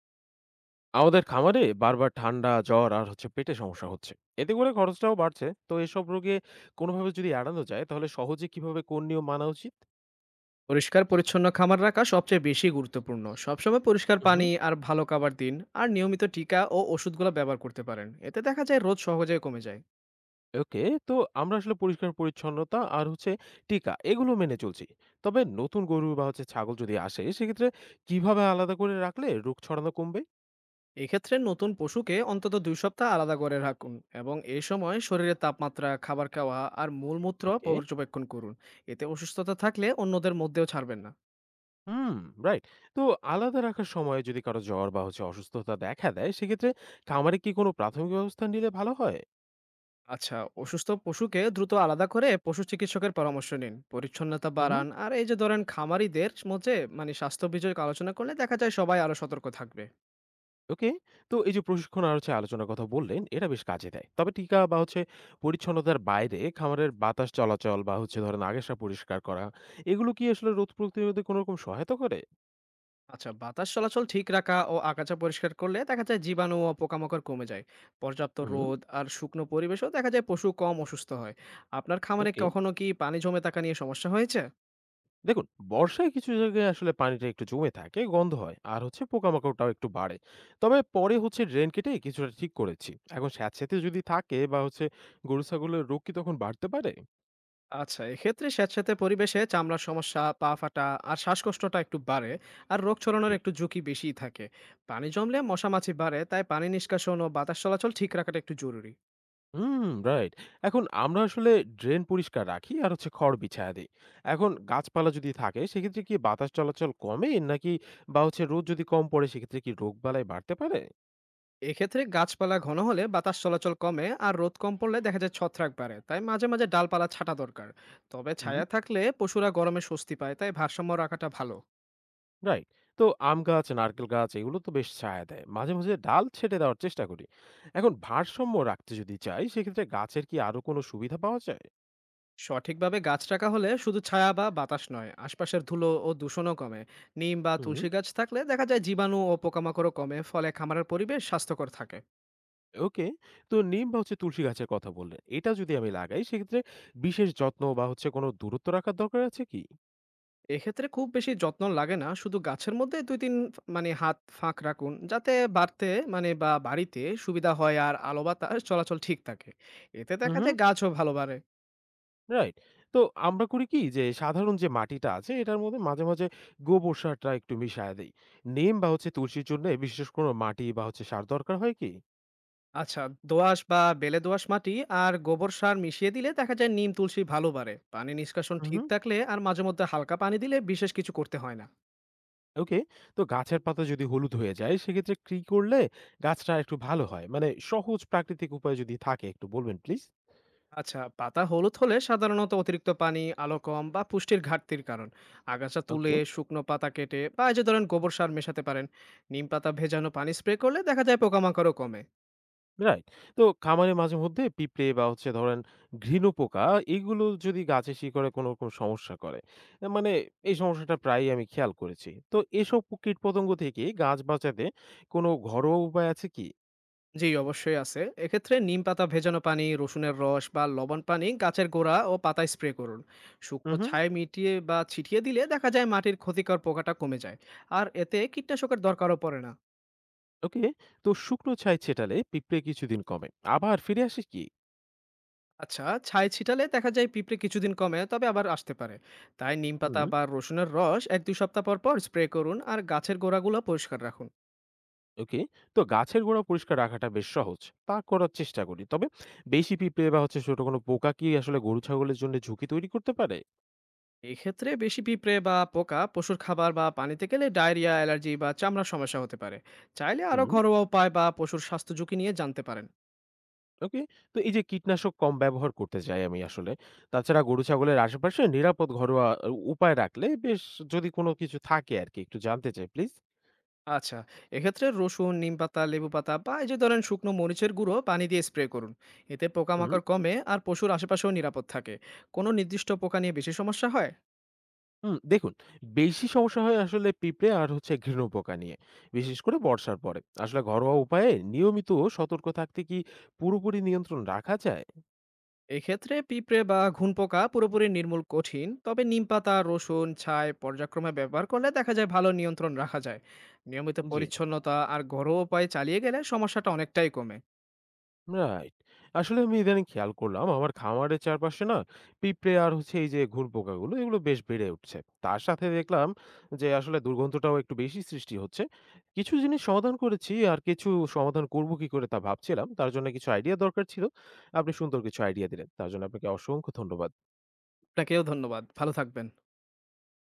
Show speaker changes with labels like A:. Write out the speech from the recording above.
A: আমাদের খামারে বারবার ঠান্ডা জ্বর আর হচ্ছে পেটে সমস্যা হচ্ছে। এতে করে খরচটাও বাড়ছে। তো এসব রোগে কোনোভাবে যদি এড়ানো যায় তাহলে সহজে কিভাবে কোন নিয়ম মানা উচিত?
B: পরিষ্কার পরিচ্ছন্ন খামার রাখা সবচেয়ে বেশি গুরুত্বপূর্ণ, সবসময় পরিষ্কার
A: হুম।
B: পানি আর ভালো খাবার দিন। আর নিয়মিত টিকা ও ওষুধগুলো ব্যবহার করতে পারেন, এতে দেখা যায় রোদ সহজেই কমে যায়।
A: ওকে। তো আমরা আসলে পরিষ্কার পরিচ্ছন্নতা আর হচ্ছে টিকা এগুলো মেনে চলছি। তবে নতুন গরু বা হচ্ছে ছাগল যদি আসে সেক্ষেত্রে কিভাবে আলাদা করে রাখলে রোগ ছড়ানো কমবে?
B: এক্ষেত্রে নতুন পশুকে অন্তত ২ সপ্তাহ আলাদা করে রাখুন এবং এই সময় শরীরের তাপমাত্রা, খাবার খাওয়া আর মূলমূত্র
A: ওকে।
B: পর্যবেক্ষণ করুন। এতে অসুস্থতা থাকলে অন্যদের মধ্যেও ছাড়বেন না।
A: হুম। রাইট। তো আলাদা রাখার সময় যদি কারো জ্বর বা হচ্ছে অসুস্থতা দেখা দেয় সেক্ষেত্রে খামারে কি কোনো প্রাথমিক ব্যবস্থা নিলে ভালো হয়?
B: আচ্ছা, অসুস্থ পশুকে দ্রুত আলাদা করে পশু চিকিৎসকের পরামর্শ নিন, পরিচ্ছন্নতা
A: হুম।
B: বাড়ান আর এই যে ধরেন খামারিদের মধ্যে মানে স্বাস্থ্য বিষয়ক আলোচনা করলে দেখা যায় সবাই আরো সতর্ক থাকবে।
A: ওকে। তো এই যে প্রশিক্ষণ আর হচ্ছে আলোচনার কথা বললেন, এটা বেশ কাজে দেয়। তবে টিকা বা হচ্ছে পরিচ্ছন্নতার বাইরে খামারের বাতাস চলাচল বা হচ্ছে ধরেন আগাছা পরিষ্কার করা, এগুলো কি আসলে রোগ প্রতিরোধে কোনো রকম সহায়তা করে?
B: আচ্ছা, বাতাস চলাচল ঠিক রাখা ও আগাছা পরিষ্কার করলে দেখা যায় জীবাণু ও পোকামাকড় কমে যায়। পর্যাপ্ত
A: হুম,
B: রোদ আর শুকনো পরিবেশও দেখা যায় পশু কম অসুস্থ হয়। আপনার খামারে
A: ওকে।
B: কখনো কি পানি জমে থাকা নিয়ে সমস্যা হয়েছে?
A: দেখুন, বর্ষায় কিছু জায়গায় আসলে পানিটা একটু জমে থাকে, গন্ধ হয়, আর হচ্ছে পোকামাকড়টাও একটু বাড়ে। তবে পরে ড্রেন কেটে কিছুটা ঠিক করেছি। এখন স্যাঁতসেঁতে যদি থাকে বা হচ্ছে গরু ছাগলের রোগ কি তখন বাড়তে পারে?
B: আচ্ছা, এক্ষেত্রে স্যাঁতস্যাঁতে পরিবেশে চামড়ার সমস্যা, পা ফাটা আর শ্বাসকষ্টটা একটু বাড়ে। আর রোগ ছড়ানোর
A: জি।
B: একটু ঝুঁকি বেশিই থাকে। পানি জমলে মশা মাছি বাড়ে, তাই পানি নিষ্কাশন ও বাতাস চলাচল ঠিক রাখাটা একটু জরুরি।
A: হুম, রাইট। এখন আমরা আসলে ড্রেন পরিষ্কার রাখি আর হচ্ছে খড় বিছায়া দেই। এখন গাছপালা যদি থাকে সেক্ষেত্রে কি বাতাস চলাচল কমে, নাকি বা হচ্ছে রোদ যদি কম পড়ে সেক্ষেত্রে কি রোগবালাই বাড়তে পারে?
B: এক্ষেত্রে গাছপালা ঘন হলে বাতাস চলাচল কমে আর রোদ কম পড়লে দেখা যায় ছত্রাক বাড়ে, তাই মাঝে মাঝে ডালপালা ছাঁটা দরকার। তবে
A: হুম।
B: ছায়া থাকলে পশুরা গরমে স্বস্তি পায়, তাই ভারসাম্য রাখাটা ভালো।
A: রাইট। তো আম গাছ, নারকেল গাছ এগুলো তো বেশ ছায়া দেয়। মাঝে, মাঝে ডাল ছেঁটে দেওয়ার চেষ্টা করি। এখন ভারসাম্য রাখতে যদি চাই সেক্ষেত্রে গাছের কি আরো কোনো সুবিধা পাওয়া যায়?
B: সঠিকভাবে গাছ রাখা হলে শুধু ছায়া বা বাতাস নয়, আশপাশের ধুলো ও দূষণও কমে। নিম বা
A: হুম।
B: তুলসী গাছ থাকলে দেখা যায় জীবাণু ও পোকামাকড়ও কমে, ফলে খামারের পরিবেশ স্বাস্থ্যকর থাকে।
A: ওকে। তো নিম বা হচ্ছে তুলসী গাছের কথা বললেন। এটা যদি আমি লাগাই সেক্ষেত্রে বিশেষ যত্ন বা হচ্ছে কোনো দূরত্ব রাখার দরকার আছে কি?
B: এক্ষেত্রে খুব বেশি যত্ন লাগে না। শুধু গাছের মধ্যে ২-৩ ফা মানে হাত ফাঁক রাখুন। যাতে বাড়তে মানে বা বাড়িতে সুবিধা হয় আর আলো বাতাস চলাচল ঠিক থাকে। এতে দেখা
A: হুম।
B: যায় গাছও ভালো বাড়ে।
A: রাইট। তো আমরা করি কি যে সাধারণ যে মাটিটা আছে এটার মধ্যে মাঝে, মাঝে গোবর সারটা একটু মিশায়া দেই। নিম বা হচ্ছে তুলসীর জন্যে বিশেষ কোনো মাটি বা হচ্ছে সার দরকার হয় কি?
B: আচ্ছা, দোআঁশ বা বেলে দোআঁশ মাটি আর গোবর সার মিশিয়ে দিলে দেখা যায় নিম, তুলসী ভালো বাড়ে। পানি নিষ্কাশন ঠিক
A: উহু।
B: থাকলে আর মাঝে মধ্যে হালকা পানি দিলে বিশেষ কিছু করতে হয় না।
A: ওকে। তো গাছের পাতা যদি হলুদ হয়ে যায় সেক্ষেত্রে কি করলে গাছটা একটু ভালো হয়? মানে সহজ প্রাকৃতিক উপায় যদি থাকে একটু বলবেন প্লিজ?
B: আচ্ছা, পাতা হলুদ হলে সাধারণত অতিরিক্ত পানি, আলো কম বা পুষ্টির ঘাটতির কারণ। আগাছা তুলে
A: ওকে।
B: শুকনো পাতা কেটে বা এই যে ধরেন গোবর সার মেশাতে পারেন। নিম পাতা ভেজানো পানি স্প্রে করলে দেখা যায় পোকামাকড়ও কমে।
A: রাইট। তো খামারে মাঝেমধ্যে পিঁপড়ে বা হচ্ছে ধরেন ঘৃণ পোকা এইগুলো যদি গাছে শিকড়ে কোনো রকম সমস্যা করে, এ মানে এই সমস্যাটা প্রায়ই আমি খেয়াল করেছি। তো এসব কীটপতঙ্গ থেকে গাছ বাঁচাতে কোনো ঘরোয়া উপায় আছে কি?
B: জি, অবশ্যই আছে। এক্ষেত্রে নিম পাতা ভেজানো পানি, রসুনের রস বা লবণ পানি গাছের গোড়া ও পাতায় স্প্রে করুন। শুকনো
A: উহু,
B: ছায় মিটিয়ে বা ছিটিয়ে দিলে দেখা যায় মাটির ক্ষতিকর পোকাটা কমে যায়। আর এতে কীটনাশকের দরকারও পড়ে না।
A: ওকে। তো শুকনো ছাই ছেটালে পিঁপড়ে কিছুদিন কমে। আবার ফিরে আসে কি?
B: আচ্ছা, ছাই ছিটালে দেখা যায় পিঁপড়ে কিছুদিন কমে, তবে আবার আসতে পারে। তাই নিমপাতা
A: হুম,
B: বা রসুনের রস ১-২ সপ্তাহ পর, পর স্প্রে করুন আর গাছের গোড়াগুলো পরিষ্কার রাখুন।
A: ওকে। তো গাছের গোড়া পরিষ্কার রাখাটা বেশ সহজ। তা করার চেষ্টা করি। তবে বেশি পিঁপড়ে বা হচ্ছে ছোট কোনো পোকা কি আসলে গরু-ছাগলের জন্য ঝুঁকি তৈরি করতে পারে?
B: এক্ষেত্রে বেশি পিঁপড়ে বা পোকা পশুর খাবার বা পানিতে গেলে ডায়রিয়া, অ্যালার্জি বা চামড়ার সমস্যা হতে পারে। চাইলে আরও
A: হুম।
B: ঘরোয়া উপায় বা পশুর স্বাস্থ্য ঝুঁকি নিয়ে জানতে পারেন।
A: ওকে। তো এই যে কীটনাশক কম ব্যবহার করতে চাই আমি আসলে। তাছাড়া গরু ছাগলের আশেপাশে নিরাপদ ঘরোয়া উপায় রাখলে বেশ, যদি কোনো কিছু থাকে আরকি একটু জানতে চাই প্লিজ?
B: আচ্ছা, এক্ষেত্রে রসুন, নিমপাতা, লেবু পাতা বা এই যে ধরেন শুকনো মরিচের গুঁড়ো পানি দিয়ে স্প্রে করুন। এতে
A: হুম,
B: পোকামাকড় কমে আর পশুর আশেপাশেও নিরাপদ থাকে। কোনো নির্দিষ্ট পোকা নিয়ে বেশি সমস্যা হয়?
A: হুম। দেখুন, বেশি সমস্যা হয় আসলে পিঁপড়ে আর হচ্ছে ঘৃণ পোকা নিয়ে। বিশেষ করে বর্ষার পরে। আসলে ঘরোয়া উপায়ে নিয়মিত সতর্ক থাকতে কি পুরোপুরি নিয়ন্ত্রণ রাখা যায়?
B: এক্ষেত্রে পিঁপড়ে বা ঘুনপোকা পুরোপুরি নির্মূল কঠিন, তবে নিমপাতা, রসুন, ছাই পর্যায়ক্রমে ব্যবহার করলে দেখা যায় ভালো নিয়ন্ত্রণ রাখা যায়। নিয়মিত
A: জি।
B: পরিচ্ছন্নতা আর ঘরোয়া উপায় চালিয়ে গেলে সমস্যাটা অনেকটাই কমে।
A: রাইট। আসলে আমি ইদানিং খেয়াল করলাম আমার খামারের চারপাশে না পিঁপড়ে আর হচ্ছে এই যে ঘুরপোকাগুলো এগুলো বেশ বেড়ে উঠছে। তার সাথে দেখলাম যে আসলে দুর্গন্ধটাও একটু বেশি সৃষ্টি হচ্ছে। কিছু জিনিস সমাধান করেছি আর কিছু সমাধান করব কি করে তা ভাবছিলাম। তার জন্য কিছু আইডিয়া দরকার ছিল। আপনি সুন্দর কিছু আইডিয়া দিলেন। তার জন্য আপনাকে অসংখ্য ধন্যবাদ।
B: আপনাকেও ধন্যবাদ, ভালো থাকবেন।